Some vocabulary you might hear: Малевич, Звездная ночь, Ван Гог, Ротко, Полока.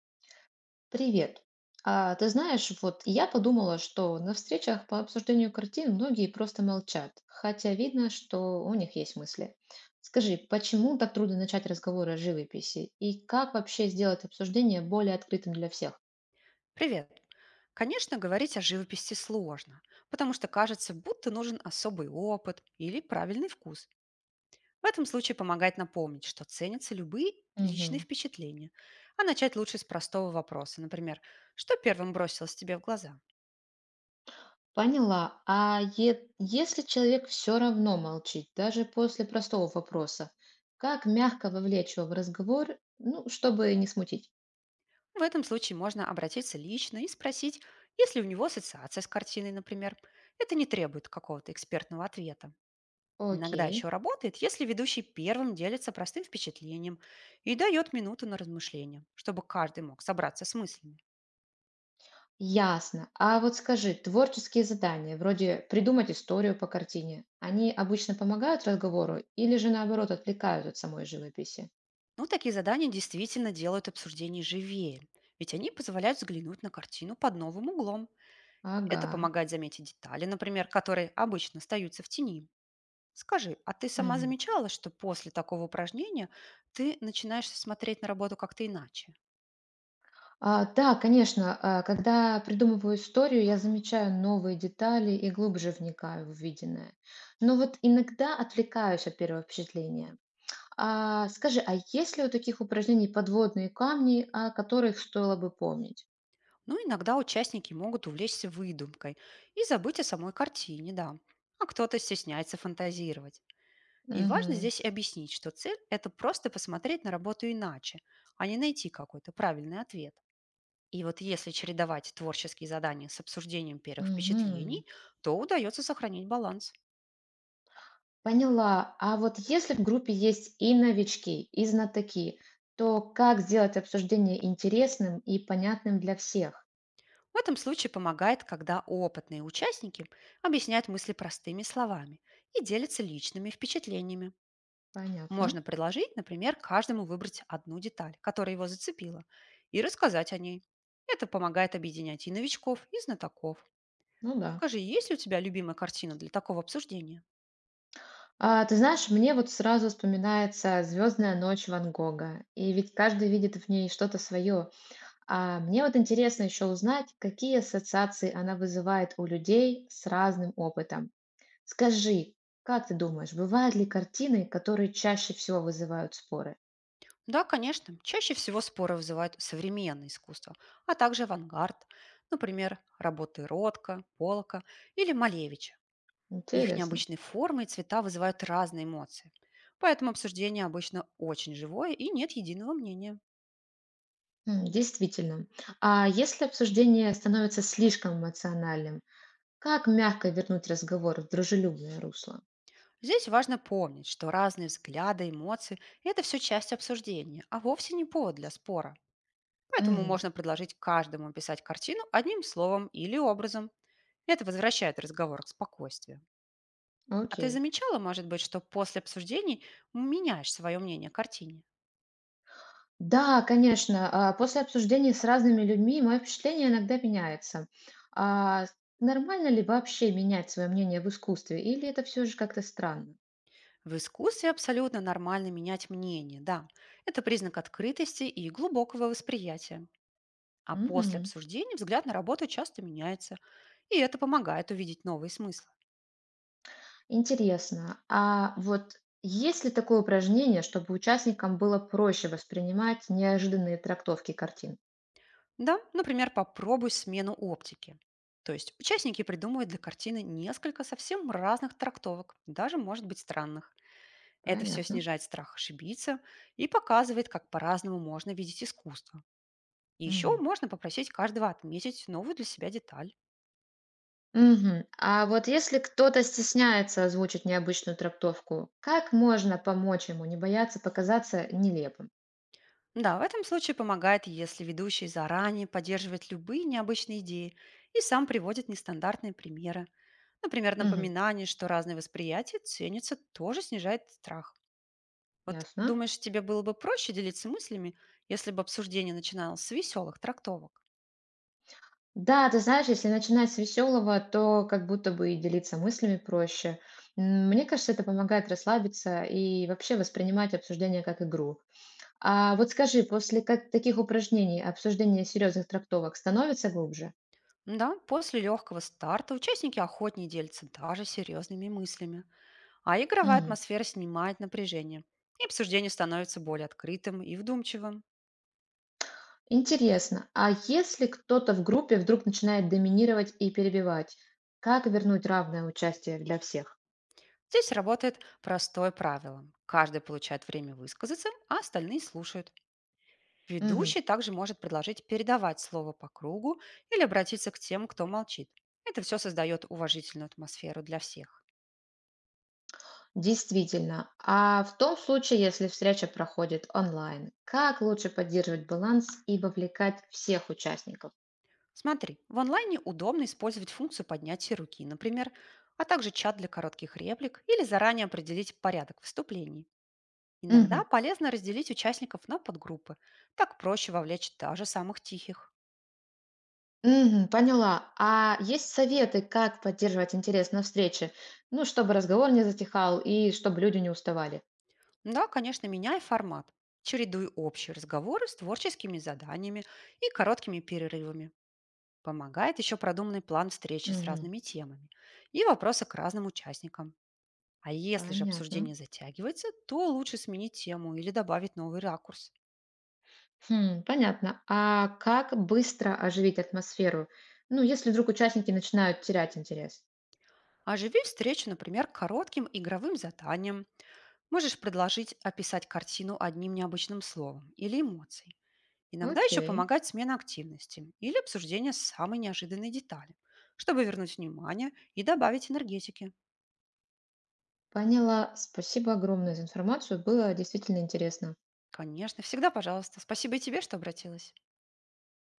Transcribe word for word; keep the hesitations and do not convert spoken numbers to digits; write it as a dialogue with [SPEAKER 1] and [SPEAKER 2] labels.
[SPEAKER 1] Привет. А, ты знаешь, вот я подумала, что на встречах по обсуждению картин многие просто молчат, хотя видно, что у них есть мысли. Скажи, почему так трудно начать разговор о живописи и как вообще сделать обсуждение более открытым для всех?
[SPEAKER 2] Привет! Конечно, говорить о живописи сложно, потому что кажется, будто нужен особый опыт или правильный вкус. В этом случае помогает напомнить, что ценятся любые личные
[SPEAKER 1] Мгм.
[SPEAKER 2] впечатления, а начать лучше с простого вопроса, например, что первым бросилось тебе в глаза.
[SPEAKER 1] Поняла. А е- если человек все равно молчит, даже после простого вопроса, как мягко вовлечь его в разговор, ну, чтобы не смутить?
[SPEAKER 2] В этом случае можно обратиться лично и спросить, есть ли у него ассоциация с картиной, например. Это не требует какого-то экспертного ответа. Иногда
[SPEAKER 1] Окей.
[SPEAKER 2] еще работает, если ведущий первым делится простым впечатлением и дает минуту на размышление, чтобы каждый мог собраться с мыслями.
[SPEAKER 1] Ясно. А вот скажи, творческие задания, вроде придумать историю по картине, они обычно помогают разговору или же наоборот отвлекают от самой живописи?
[SPEAKER 2] Ну, такие задания действительно делают обсуждение живее, ведь они позволяют взглянуть на картину под новым углом. Это
[SPEAKER 1] Ага.
[SPEAKER 2] помогает заметить детали, например, которые обычно остаются в тени. Скажи, а ты сама
[SPEAKER 1] Мгм.
[SPEAKER 2] замечала, что после такого упражнения ты начинаешь смотреть на работу как-то иначе?
[SPEAKER 1] А, да, конечно, а, когда придумываю историю, я замечаю новые детали и глубже вникаю в увиденное. Но вот иногда отвлекаюсь от первого впечатления. А, скажи, а есть ли у таких упражнений подводные камни, о которых стоило бы помнить?
[SPEAKER 2] Но иногда участники могут увлечься выдумкой и забыть о самой картине, да. А кто-то стесняется фантазировать. И важно здесь объяснить, что цель – это просто посмотреть на работу иначе, а не найти какой-то правильный ответ. И вот если чередовать творческие задания с обсуждением первых
[SPEAKER 1] Угу.
[SPEAKER 2] впечатлений, то удается сохранить баланс.
[SPEAKER 1] Поняла. А вот если в группе есть и новички, и знатоки, то как сделать обсуждение интересным и понятным для всех?
[SPEAKER 2] В этом случае помогает, когда опытные участники объясняют мысли простыми словами и делятся личными впечатлениями.
[SPEAKER 1] Понятно.
[SPEAKER 2] Можно предложить, например, каждому выбрать одну деталь, которая его зацепила, и рассказать о ней. Это помогает объединять и новичков, и знатоков.
[SPEAKER 1] Ну да.
[SPEAKER 2] Скажи, есть ли у тебя любимая картина для такого обсуждения?
[SPEAKER 1] А, ты знаешь, мне вот сразу вспоминается «Звездная ночь» Ван Гога. И ведь каждый видит в ней что-то свое. А мне вот интересно еще узнать, какие ассоциации она вызывает у людей с разным опытом. Скажи, как ты думаешь, бывают ли картины, которые чаще всего вызывают споры?
[SPEAKER 2] Да, конечно. Чаще всего споры вызывают современное искусство, а также авангард, например, работы Ротко, Полока или Малевича. Их
[SPEAKER 1] Интересно.
[SPEAKER 2] необычные формы и цвета вызывают разные эмоции. Поэтому обсуждение обычно очень живое и нет единого мнения.
[SPEAKER 1] М, Действительно. А если обсуждение становится слишком эмоциональным, как мягко вернуть разговор в дружелюбное русло?
[SPEAKER 2] Здесь важно помнить, что разные взгляды, эмоции – это все часть обсуждения, а вовсе не повод для спора. Поэтому
[SPEAKER 1] Мгм.
[SPEAKER 2] можно предложить каждому описать картину одним словом или образом. Это возвращает разговор к спокойствию. А ты
[SPEAKER 1] Окей.
[SPEAKER 2] замечала, может быть, что после обсуждений меняешь свое мнение о картине?
[SPEAKER 1] Да, конечно. а, После обсуждений с разными людьми мое впечатление иногда меняется. А нормально ли вообще менять свое мнение в искусстве, или это все же как-то странно?
[SPEAKER 2] В искусстве абсолютно нормально менять мнение, да. Это признак открытости и глубокого восприятия. А после
[SPEAKER 1] Мгм.
[SPEAKER 2] обсуждений взгляд на работу часто меняется, и это помогает увидеть новые смыслы.
[SPEAKER 1] Интересно. А вот есть ли такое упражнение, чтобы участникам было проще воспринимать неожиданные трактовки картин?
[SPEAKER 2] Да, например, попробуй смену оптики. То есть участники придумывают для картины несколько совсем разных трактовок, даже, может быть, странных. Это все
[SPEAKER 1] Понятно.
[SPEAKER 2] снижает страх ошибиться и показывает, как по-разному можно видеть искусство. И еще
[SPEAKER 1] Мгм.
[SPEAKER 2] можно попросить каждого отметить новую для себя деталь.
[SPEAKER 1] Мгм. А вот если кто-то стесняется озвучить необычную трактовку, как можно помочь ему не бояться показаться нелепым?
[SPEAKER 2] Да, в этом случае помогает, если ведущий заранее поддерживает любые необычные идеи и сам приводит нестандартные примеры. Например,
[SPEAKER 1] Мгм.
[SPEAKER 2] напоминание, что разные восприятия ценятся, тоже снижает страх. Вот
[SPEAKER 1] Ясно.
[SPEAKER 2] думаешь, тебе было бы проще делиться мыслями, если бы обсуждение начиналось с веселых трактовок?
[SPEAKER 1] Да, ты знаешь, если начинать с веселого, то как будто бы и делиться мыслями проще. М, Мне кажется, это помогает расслабиться и вообще воспринимать обсуждение как игру. А вот скажи, после как таких упражнений обсуждение серьезных трактовок становится глубже?
[SPEAKER 2] Да, после легкого старта участники охотнее делятся даже серьезными мыслями, а игровая атмосфера снимает напряжение, и обсуждение становится более открытым и вдумчивым.
[SPEAKER 1] Интересно, а если кто-то в группе вдруг начинает доминировать и перебивать, как вернуть равное участие для всех?
[SPEAKER 2] Здесь работает простое правило. Каждый получает время высказаться, а остальные слушают.
[SPEAKER 1] Мгм.
[SPEAKER 2] Ведущий также может предложить передавать слово по кругу или обратиться к тем, кто молчит. Это все создает уважительную атмосферу для всех.
[SPEAKER 1] Действительно. А в том случае, если встреча проходит онлайн, как лучше поддерживать баланс и вовлекать всех участников?
[SPEAKER 2] Смотри, в онлайне удобно использовать функцию поднятия руки, например, а также чат для коротких реплик или заранее определить порядок вступлений.
[SPEAKER 1] Мгм.
[SPEAKER 2] Иногда полезно разделить участников на подгруппы. Так проще вовлечь даже самых тихих.
[SPEAKER 1] Мгм, поняла. А есть советы, как поддерживать интерес на встрече? Ну, чтобы разговор не затихал и чтобы люди не уставали.
[SPEAKER 2] Да, конечно, меняй формат. Чередуй общие разговоры с творческими заданиями и короткими перерывами. Помогает еще продуманный план встречи с
[SPEAKER 1] Мгм.
[SPEAKER 2] разными темами и вопросы к разным участникам. А если же
[SPEAKER 1] Понятно.
[SPEAKER 2] обсуждение затягивается, то лучше сменить тему или добавить новый ракурс.
[SPEAKER 1] Хм, понятно. А как быстро оживить атмосферу? Ну, если вдруг участники начинают терять интерес.
[SPEAKER 2] Оживи встречу, например, коротким игровым заданием. Можешь предложить описать картину одним необычным словом или эмоцией. Иногда еще
[SPEAKER 1] Окей,
[SPEAKER 2] помогает смена активности или обсуждение самой неожиданной детали, чтобы вернуть внимание и добавить энергетики.
[SPEAKER 1] поняла. Спасибо огромное за информацию. Было действительно интересно.
[SPEAKER 2] Конечно, всегда пожалуйста. Спасибо и тебе, что обратилась.